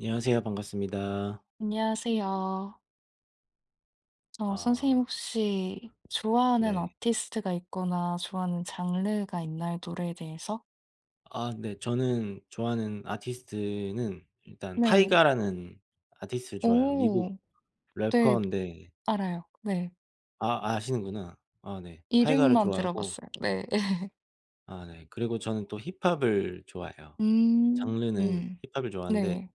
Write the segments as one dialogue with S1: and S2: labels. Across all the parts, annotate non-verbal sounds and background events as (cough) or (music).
S1: 안녕하세요. 반갑습니다.
S2: 안녕하세요. 선생님
S1: 아,
S2: 혹시 좋아하는
S1: 네.
S2: 아티스트가 있거나 좋아하는 장르가 있나요? 노래에 대해서?
S1: 아, 네. 저는 좋아하는 아티스트는 일단
S2: 네.
S1: 타이가라는 아티스트를 좋아해요. 미국
S2: 오. 네.
S1: 래퍼인데
S2: 알아요. 네.
S1: 아, 아시는구나. 아, 네. 타이가를
S2: 이름만
S1: 좋아하고.
S2: 들어봤어요. 네. (laughs)
S1: 아, 네. 그리고 저는 또 힙합을 좋아해요. 장르는
S2: 음.
S1: 힙합을 좋아하는데
S2: 네.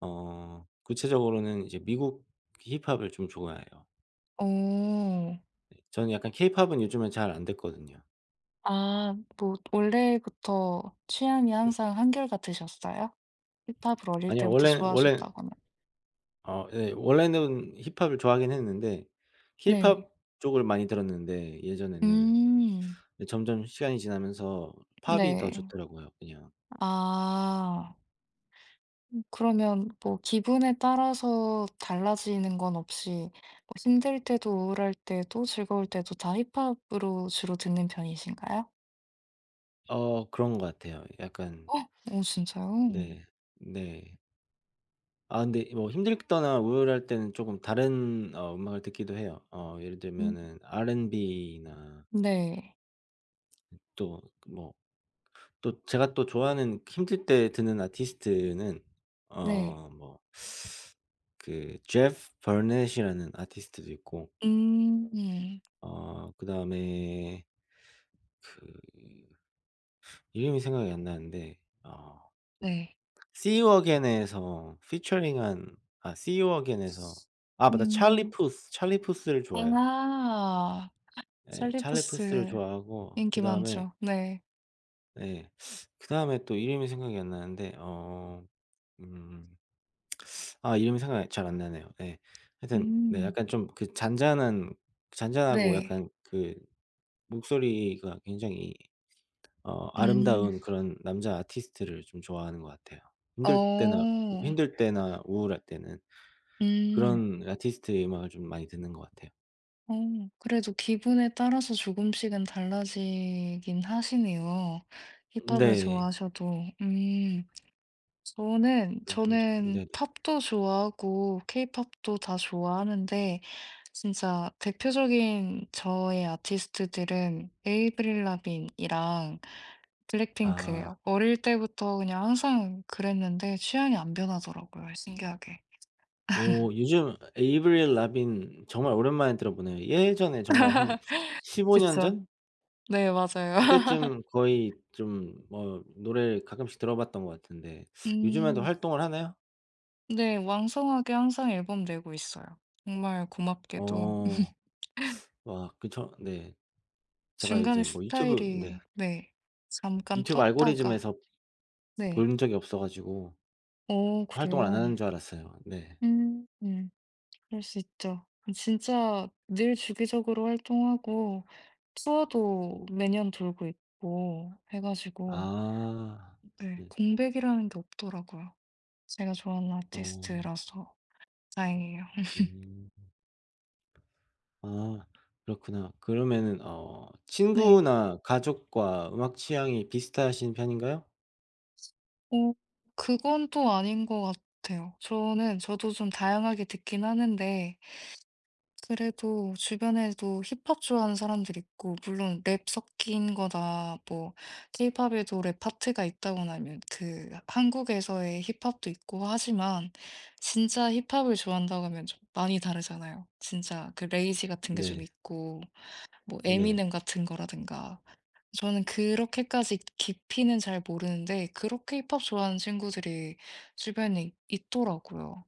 S1: 구체적으로는 이제 미국 힙합을 좀 좋아해요.
S2: 오.
S1: 저는 약간 케이팝은 요즘에 잘 안 듣거든요.
S2: 아 뭐 원래부터 취향이 항상 한결같으셨어요? 힙합을 어릴
S1: 아니요. 원
S2: 때부터
S1: 래 원래
S2: 좋아하셨다거나.
S1: 예. 원래는 힙합을 좋아하긴 했는데
S2: 네.
S1: 힙합 쪽을 많이 들었는데 예전에는.
S2: 음.
S1: 근데 점점 시간이 지나면서 팝이 더
S2: 네.
S1: 좋더라고요 그냥.
S2: 아. 그러면 뭐 기분에 따라서 달라지는 건 없이 뭐 힘들 때도 우울할 때도 즐거울 때도 다 힙합으로 주로 듣는 편이신가요?
S1: 그런 것 같아요. 약간.
S2: 어. 어 진짜요?
S1: 네. 네. 아, 근데 뭐 힘들 때나 우울할 때는 쪼금 다른 음악을 듣기도 해요. 예를
S2: 음.
S1: 들면은 R&B나
S2: 네.
S1: 또 뭐, 또 제가 또 좋아하는 힘들 때 듣는 아티스트는
S2: 네.
S1: 어뭐 그 제프 버넷이라는 아티스트도 있고
S2: 음. 네.
S1: 그다음에 그 이름이 생각이 안 나는데 See You Again에서 피처링한, 아 See You Again에서, 아 맞다, 찰리
S2: 음.
S1: 푸스, 찰리 푸스를 좋아해요.
S2: 아.
S1: 예.
S2: 셀리포
S1: 찰리 푸스를
S2: 스
S1: 좋아하고
S2: 인기
S1: 그다음에
S2: 많죠. 네.
S1: 예, 그다음에 또 이름이 생각이 안 나는데 음 아, 이름이 생각이 잘 안 나네요. 예. 하여튼 네,
S2: 음.
S1: 약간 좀 그 잔잔한 잔잔하고
S2: 네.
S1: 약간 그 목소리가 굉장히
S2: 음.
S1: 아름다운 그런 남자 아티스트를 좀 좋아하는 것 같아요. 힘들 때나
S2: 어.
S1: 힘들 때나 우울할 때는
S2: 음.
S1: 그런 아티스트의 음악을 좀 많이 듣는 것 같아요.
S2: 어 그래도 기분에 따라서 조금씩은 달라지긴 하시네요. 힙합을
S1: 네.
S2: 좋아하셔도. 음. 저는
S1: 그런 편이죠.
S2: 저는
S1: 네네.
S2: 팝도 좋아하고 케이팝도 다 좋아하는데 진짜 대표적인 저의 아티스트들은 에이브릴 라빈이랑
S1: 아.
S2: 블랙핑크예요. 어릴 때부터 그냥 항상 그랬는데 취향이 안 변하더라고요, 신기하게.
S1: 오, 요즘 에이브릴 라빈 정말 오랜만에 들어보네요. 예전에 정말 한 15년
S2: 그쵸.
S1: 전?
S2: 네, 맞아요. (laughs)
S1: 그때쯤 거의 좀 뭐 노래를 가끔씩 들어봤던 것 같은데 요즘에도
S2: 음.
S1: 활동을 하나요?
S2: 네. 왕성하게 항상 앨범 내고 있어요. 정말 고맙게도. (laughs)
S1: 어. 와, 그쵸 네. 제가
S2: 중간에
S1: 이제 뭐 유튜브 네,
S2: 스타일이 네. 잠깐
S1: 유튜브
S2: 떴다가
S1: 알고리즘에서
S2: 네.
S1: 본 적이 없어 가지고
S2: 오,
S1: 활동을 안
S2: 그래요?
S1: 하는 줄 알았어요. 네.
S2: 음. 음. 그럴 수 있죠. 진짜 늘 주기적으로 활동하고 투어도 매년 돌고 있고 해 가지고
S1: 아.
S2: 네.
S1: 네.
S2: 공백이라는 게 없더라고요. 제가 좋아하는
S1: 어.
S2: 아티스트라서 다행이에요. (laughs)
S1: 음. 아, 그렇구나. 그러면은
S2: 네.
S1: 친구나 가족과 음악 취향이 비슷하신 편인가요?
S2: 어 그건 또 아닌 것 같아요. 저는 저도 좀 다양하게 듣긴 하는데 그래도 주변에도 힙합 좋아하는 사람들이 있고 물론 랩 섞인 거나 뭐 케이팝에도 랩 파트가 있다거나 하면 그 한국에서의 힙합도 있고 하지만 진짜 힙합을 좋아한다고 하면 좀 많이 다르잖아요. 진짜 그 레이지 같은 게 좀
S1: 네.
S2: 있고 뭐
S1: 네.
S2: 에미넴 같은 거라든가. 저는 그렇게까지 깊이는 잘 모르는데 그렇게 힙합 좋아하는 친구들이 주변에 있더라고요.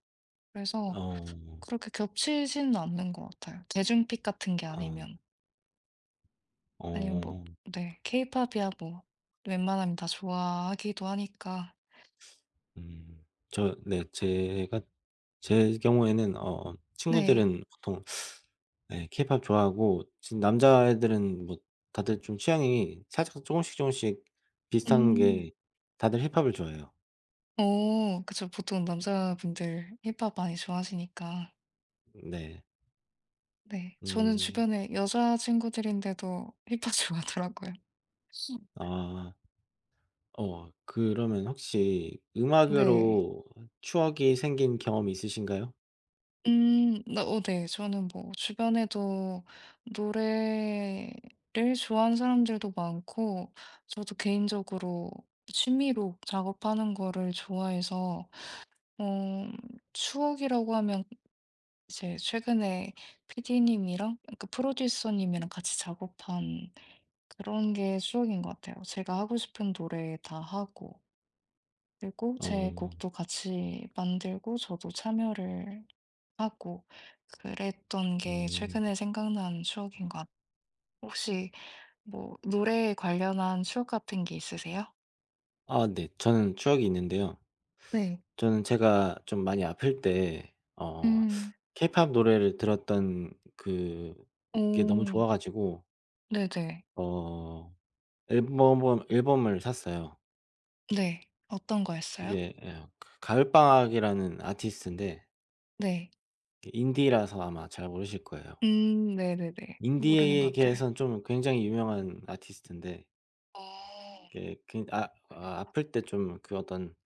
S2: 그래서
S1: 어.
S2: 그렇게 겹치지는 않는 것 같아요. 대중픽 같은 게
S1: 아.
S2: 아니면. 아니면 뭐
S1: 어.
S2: 네. 케이팝이야 뭐 웬만하면 다 좋아하기도 하니까.
S1: 음. 저 네, 제가 제 경우에는
S2: 네.
S1: 친구들은 보통 네, 케이팝 좋아하고 지금 남자애들은 뭐 다들 좀 취향이 살짝 조금씩 비슷한
S2: 음.
S1: 게 다들 힙합을 좋아해요.
S2: 어 그쵸. 보통 남자분들 힙합 많이 좋아하시니까.
S1: 네.
S2: 네. 저는
S1: 음.
S2: 주변에 여자 친구들인데도 힙합 (laughs) 좋아하더라고요.
S1: 아. 그러면 혹시
S2: 네.
S1: 음악으로 추억이 생긴 경험이 있으신가요?
S2: 음. 나 어 네. 저는 뭐 주변에도 노래를 좋아하는 사람들도 많고 저도 개인적으로 취미로 작업하는 거를 좋아해서 어 추억이라고 하면 이제 최근에 PD님이랑 그 프로듀서 님이랑 같이 작업한 그런 게 추억인 것 같아요. 제가 하고 싶은 노래 다 하고 그리고 제
S1: 어.
S2: 곡도 같이 만들고 저도 참여를 하고 그랬던 게
S1: 음.
S2: 최근에 생각난 추억인 것 같아요. 혹시 뭐 노래에 관련한 추억 같은 게 있으세요?
S1: 아, 네. 저는 추억이 있는데요.
S2: 네.
S1: 저는 제가 좀 많이 아플 때 어
S2: 음.
S1: 케이팝 노래를 들었던 그게 너무
S2: 오.
S1: 좋아 가지고
S2: 네네.
S1: 어 앨범을 샀어요.
S2: 네. 어떤 거였어요?
S1: 그게 예, 가을방학이라는 아티스트인데
S2: 네.
S1: 그 인디라서 아마 잘 모르실 거예요.
S2: 음. 네네네. 모르는 것 같아요.
S1: 인디계에선 좀 굉장히 유명한 아티스트인데
S2: 어.
S1: 이게 굉 아 아 아플 때 좀 그 어떤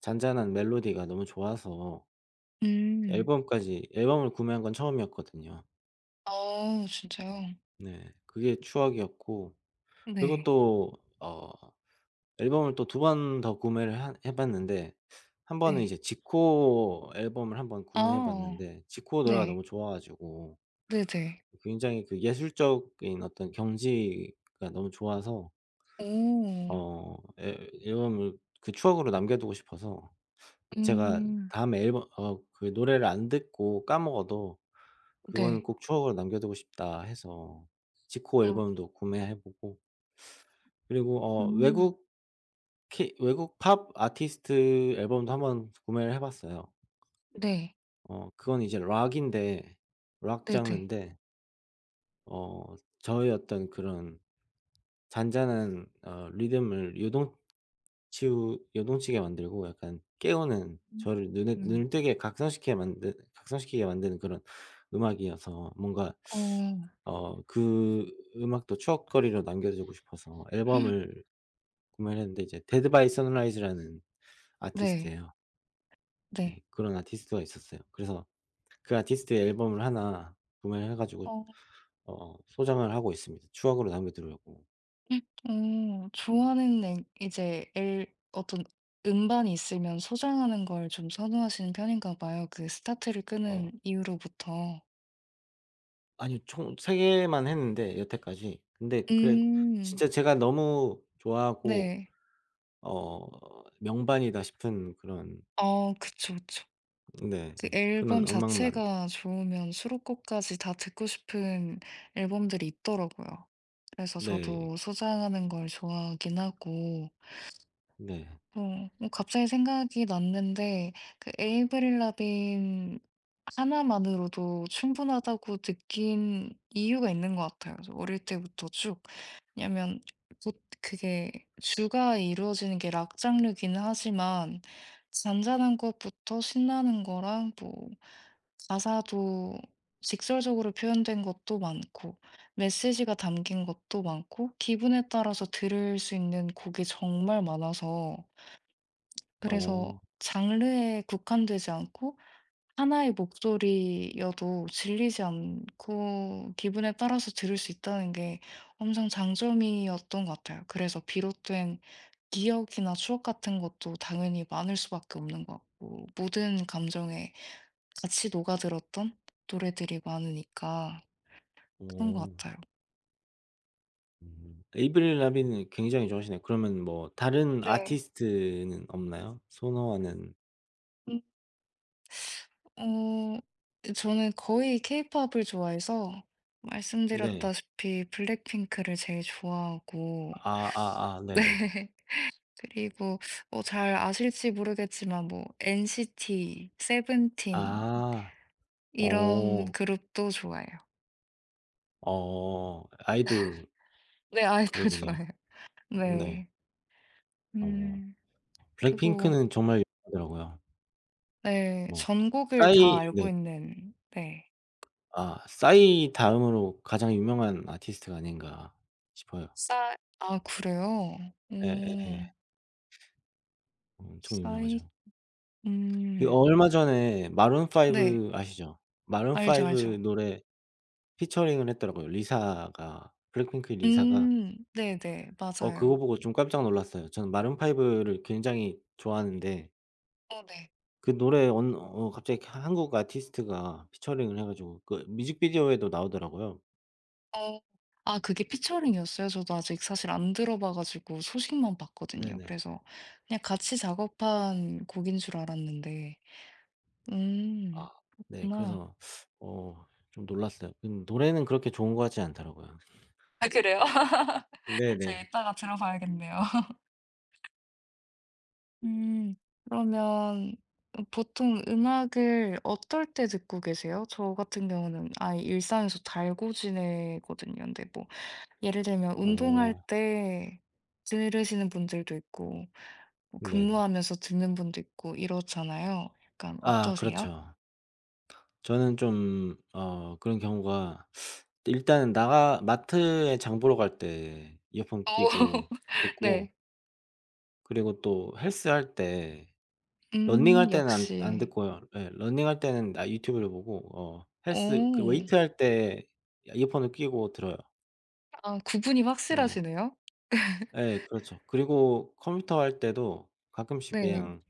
S1: 잔잔한 멜로디가 너무 좋아서
S2: 음.
S1: 앨범까지 앨범을 구매한 건 처음이었거든요.
S2: 어 진짜요?
S1: 네. 그게 추억이었고 그리고
S2: 네.
S1: 또어 앨범을 또 두 번 더 구매를 한 해 봤는데, 한 번은
S2: 네.
S1: 이제 지코 앨범을 한번 구매해
S2: 아.
S1: 봤는데 지코 노래가
S2: 네.
S1: 너무 좋아 가지고
S2: 네네.
S1: 굉장히 그 예술적인 어떤 경지가 너무 좋아서
S2: 오.
S1: 어 앨 앨범을 그 추억으로 남겨 두고 싶어서 제가,
S2: 음.
S1: 다음에 앨범 그 노래를 안 듣고 까먹어도 '그거는
S2: 네.
S1: 꼭 추억으로 남겨 두고 싶다.' 해서 지코
S2: 아.
S1: 앨범도 구매해 보고 그리고
S2: 음.
S1: 외국 팝 아티스트 앨범도 한번 구매를 해 봤어요.
S2: 네.
S1: 그건 이제 락인데 락
S2: 네네.
S1: 장르인데 어 저의 어떤 그런 잔잔한 리듬을 요동치우 요동치게 만들고, 약간 깨우는,
S2: 음.
S1: 저를 눈에
S2: 음.
S1: 눈을 뜨게 각성시키게 만드는 그런 음악이어서 뭔가
S2: 어.
S1: 어 그 음악도 추억거리로 남겨 두고 싶어서 앨범을 구매를 했는데, 이제 데드 바이 선라이즈라는
S2: 네.
S1: 아티스트예요. 네,
S2: 네.
S1: 그런 아티스트가 있었어요. 그래서 그 아티스트의 앨범을 하나 구매를 해 가지고
S2: 어.
S1: 소장을 하고 있습니다. 추억으로 남겨 두려고.
S2: 어 좋아하는 앵 이제 앨 어떤 음반이 있으면 소장하는 걸 좀 선호하시는 편인가 봐요, 그 스타트를 끄는
S1: 어
S2: 이후로부터.
S1: 아니총3 개만 했는데 여태까지. 근데 그래,
S2: 음.
S1: 진짜 제가 너무 좋아하고
S2: 네.
S1: 명반이다 싶은 그런,
S2: 어 그쵸, 그쵸.
S1: 네,
S2: 그 앨범
S1: 그런 음악만.
S2: 자체가 좋으면 수록곡까지 다 듣고 싶은 앨범들이 있더라고요. 그래서
S1: 네.
S2: 저도 소장하는 걸 좋아하긴 하고
S1: 네.
S2: 어, 갑자기 생각이 났는데, 그 에이브릴 라빈 하나만으로도 충분하다고 느낀 이유가 있는 것 같아요. 그래서 어릴 때부터 쭉. 왜냐면, 보- 그게 주가 이루어지는 게 락 장르기는 하지만, 잔잔한 것부터 신나는 거랑, 뭐, 가사도 직설적으로 표현된 것도 많고, 메시지가 담긴 것도 많고, 기분에 따라서 들을 수 있는 곡이 정말 많아서,
S1: 어.
S2: 그래서 장르에 국한되지 않고 하나의 목소리여도 질리지 않고 기분에 따라서 들을 수 있다는 게 엄청 장점이었던 것 같아요. 그래서 비롯된 기억이나 추억 같은 것도 당연히 많을 수밖에 없는 것 같고 모든 감정에 같이 녹아들었던 노래들이 많으니까 그런 것
S1: 어.
S2: 같아요.
S1: 음. 에이브릴 라빈을 굉장히 좋아하시네요. 그러면 뭐 다른
S2: 네.
S1: 아티스트는 없나요, 선호하는?
S2: 어 저는 거의 케이팝을 좋아해서
S1: 네.
S2: 말씀드렸다시피 블랙핑크를 제일 좋아하고
S1: 아, 아아,
S2: (laughs)
S1: 네네네.
S2: 네. 그리고 뭐 잘 아실지 모르겠지만 뭐 NCT, 세븐틴
S1: 아.
S2: 이런
S1: 오.
S2: 그룹도 좋아해요.
S1: 어. 아이돌
S2: 네 아이돌 (laughs)
S1: 그룹이네요.
S2: 좋아해요.
S1: 네.
S2: 네.
S1: 어.
S2: 음. 그리고
S1: 블랙핑크는 정말 유명하더라고요.
S2: 네
S1: 뭐
S2: 전곡을
S1: 싸이
S2: 다 알고
S1: 네,
S2: 있는 네.
S1: 아 싸이 다음으로 가장 유명한 아티스트가 아닌가 싶어요.
S2: 싸. 아 그래요?
S1: 예예예.
S2: 오.
S1: 엄청
S2: 싸이.
S1: 유명하죠. 그
S2: 음.
S1: 얼마 전에 마룬
S2: 네.
S1: 5 아시죠? 마룬
S2: 알죠,
S1: 5
S2: 알죠.
S1: 노래 피처링을 했더라고요. 리사가, 블랙핑크의 리사가.
S2: 음. 네네.
S1: 그거
S2: 맞아요.
S1: 보고 좀 깜짝 놀랐어요. 저는 마룬브를 굉장히 좋아하는데
S2: 어 네.
S1: 그 노래에 언 어 갑자기 한국 아티스트가 피처링을 해 가지고 그 뮤직비디오에도 나오더라고요.
S2: 어. 아 그게 피처링이었어요? 저도 아직 사실 안 들어봐 가지고 소식만 봤거든요.
S1: 네네.
S2: 그래서 그냥 같이 작업한 곡인 줄 알았는데. 음.
S1: 아. 네,
S2: 그렇구나.
S1: 그래서 좀 놀랐어요. 음, 노래는 그렇게 좋은 것 같지 않더라고요.
S2: 아 그래요? (laughs) 제가
S1: 네네.
S2: 이따가 들어봐야겠네요. (laughs) 음. 그러면 어 보통 음악을 어떨 때 듣고 계세요? 저 같은 경우는 아예 일상에서 달고 지내거든요. 근데 뭐 예를 들면 운동할
S1: 어,
S2: 때 들으시는 분들도 있고 뭐
S1: 네네.
S2: 근무하면서 듣는 분도 있고 이렇잖아요. 약간
S1: 아,
S2: 어떠세요?
S1: 그렇죠. 저는 좀 그런 경우가, 일단은 나가 마트에 장 보러 갈 때 이어폰
S2: 어
S1: 끼고
S2: (laughs)
S1: 듣고,
S2: 네.
S1: 그리고 또 헬스할 때 러닝할 때는 안
S2: 역시.
S1: 듣고요. 예. 러닝할 때는 아, 유튜브를 보고 어 헬스 그
S2: 오.
S1: 웨이트할 때 이어폰을 끼고 들어요.
S2: 아 구분이
S1: 네.
S2: 확실하시네요.
S1: 예, 그렇죠. 그리고 컴퓨터 할 때도 가끔씩
S2: 네.
S1: 그냥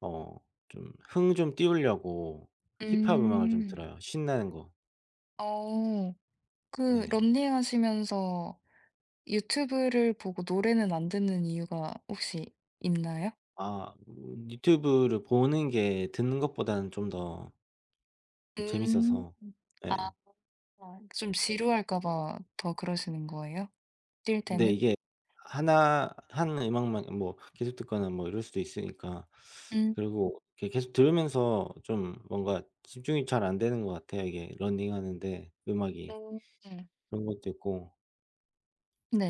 S1: 어 좀 흥 좀 띄우려고 힙합 음악을 좀
S2: 음.
S1: 들어요, 신나는 거.
S2: 어. 그
S1: 네.
S2: 런닝 하시면서 유튜브를 보고 노래는 안 듣는 이유가 혹시 있나요?
S1: 아, 유튜브를 보는 게 듣는 것보다는 좀 더
S2: 음.
S1: 재밌어서.
S2: 아
S1: 예.
S2: 좀 지루할까 봐 더 그러시는 거예요? 뛸
S1: 근데
S2: 때는?
S1: 이게 하나 한 음악만 뭐 계속 듣거나 뭐 이럴 수도 있으니까,
S2: 음.
S1: 그리고 이렇게 계속 들으면서 좀 뭔가 집중이 잘 안 되는 것 같아요 이게, 러닝하는데 음악이.
S2: 네.
S1: 그런 것도 있고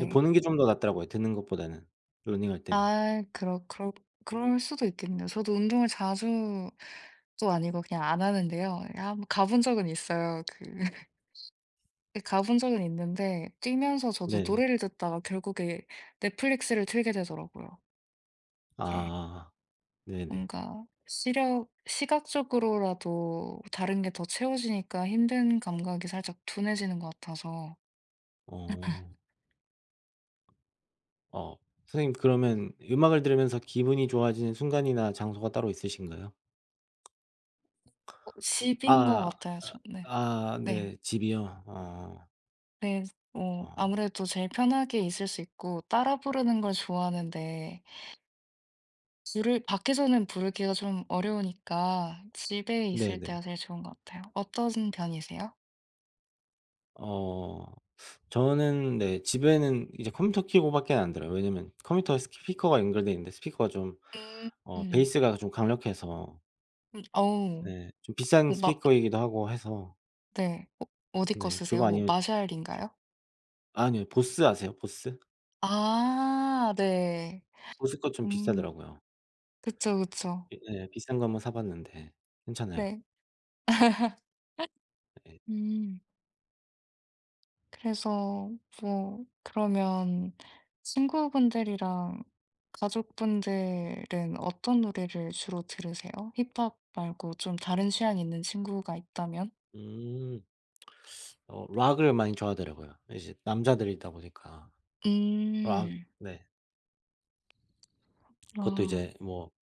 S1: 예, 보는 게 좀 더 낫더라고요 듣는 것보다는, 러닝할 때는.
S2: 아 그러 그럴 수도 있겠네요. 저도 운동을 자주 도 아니고 그냥 안 하는데요. 아 뭐 가본 적은 있어요. 그 (laughs) 가본 적은 있는데 뛰면서 저도
S1: 네.
S2: 노래를 듣다가 결국에 넷플릭스를 틀게 되더라고요. 이게
S1: 아 네네.
S2: 뭔가 시력 시각적으로라도 다른 게 더 채워지니까 힘든 감각이 살짝 둔해지는 것 같아서
S1: 어. 어, 선생님 그러면 음악을 들으면서 기분이 좋아지는 순간이나 장소가 따로 있으신가요?
S2: 어 집인 것
S1: 아.
S2: 같아요 저 네.
S1: 아,
S2: 네.
S1: 네. 집이요? 어.
S2: 네. 어
S1: 어.
S2: 아무래도 제일 편하게 있을 수 있고 따라 부르는 걸 좋아하는데 부를 밖에서는 부르기가 좀 어려우니까 집에 있을
S1: 네네.
S2: 때가 제일 좋은 것 같아요. 어떤 편이세요?
S1: 어 저는 네, 집에는 이제 컴퓨터 키고 밖에는 안 들어요. 왜냐면 컴퓨터에 스피커가 연결돼 있는데 스피커가 좀
S2: 음. 음.
S1: 베이스가 좀 강력해서,
S2: 어우.
S1: 네, 좀 비싼
S2: 뭐 막
S1: 스피커이기도 하고 해서.
S2: 네. 어 어디 거
S1: 네,
S2: 쓰세요?
S1: 그거
S2: 뭐
S1: 아니면, 저,
S2: 마샬인가요?
S1: 아니요. 보스 아세요? 보스?
S2: 아 네.
S1: 보스 거 좀
S2: 음.
S1: 비싸더라고요.
S2: 그쵸, 그쵸.
S1: 비- 네, 비싼 거 한번 사 봤는데 괜찮아요.
S2: 네.
S1: 네.
S2: 음. 그래서 뭐 그러면 친구분들이랑 가족분들은 어떤 노래를 주로 들으세요? 힙합 말고 좀 다른 취향이 있는 친구가 있다면?
S1: 음. 락을 많이 좋아하더라고요, 이제 남자들이다 보니까. 락.
S2: 음.
S1: 네. 그것도
S2: 아
S1: 이제 뭐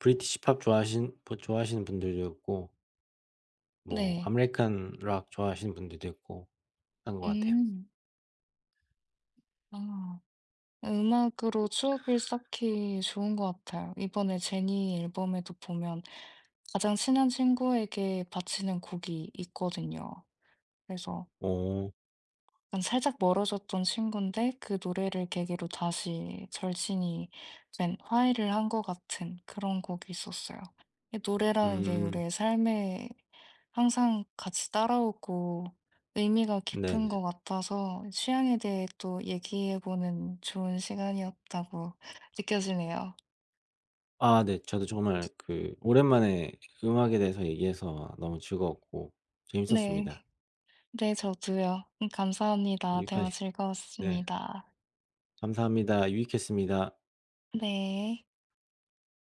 S1: 브리티시 팝 좋아하신 뭐 좋아하시는 분들도 있고 뭐
S2: 네.
S1: 아메리칸 락 좋아하시는 분들도 있고 한 것 같아요.
S2: 음. 아. 음악으로 추억을 쌓기 좋은 것 같아요. 이번에 제니 앨범에도 보면 가장 친한 친구에게 바치는 곡이 있거든요. 그래서
S1: 어.
S2: 약간 살짝 멀어졌던 친구인데 그 노래를 계기로 다시 절친이 된 화해를 한 것 같은 그런 곡이 있었어요. 이 노래라는 게
S1: 음.
S2: 우리의 삶에 항상 같이 따라오고 의미가 깊은
S1: 네네.
S2: 것 같아서 취향에 대해 또 얘기해보는 좋은 시간이었다고 느껴지네요.
S1: 아, 네. 저도 정말 그 오랜만에 그 음악에 대해서 얘기해서 너무 즐거웠고
S2: 네.
S1: 재밌었습니다.
S2: 네, 저도요. 감사합니다.
S1: 유익한
S2: 대화
S1: 시 네.
S2: 즐거웠습니다.
S1: 감사합니다. 유익했습니다.
S2: 네.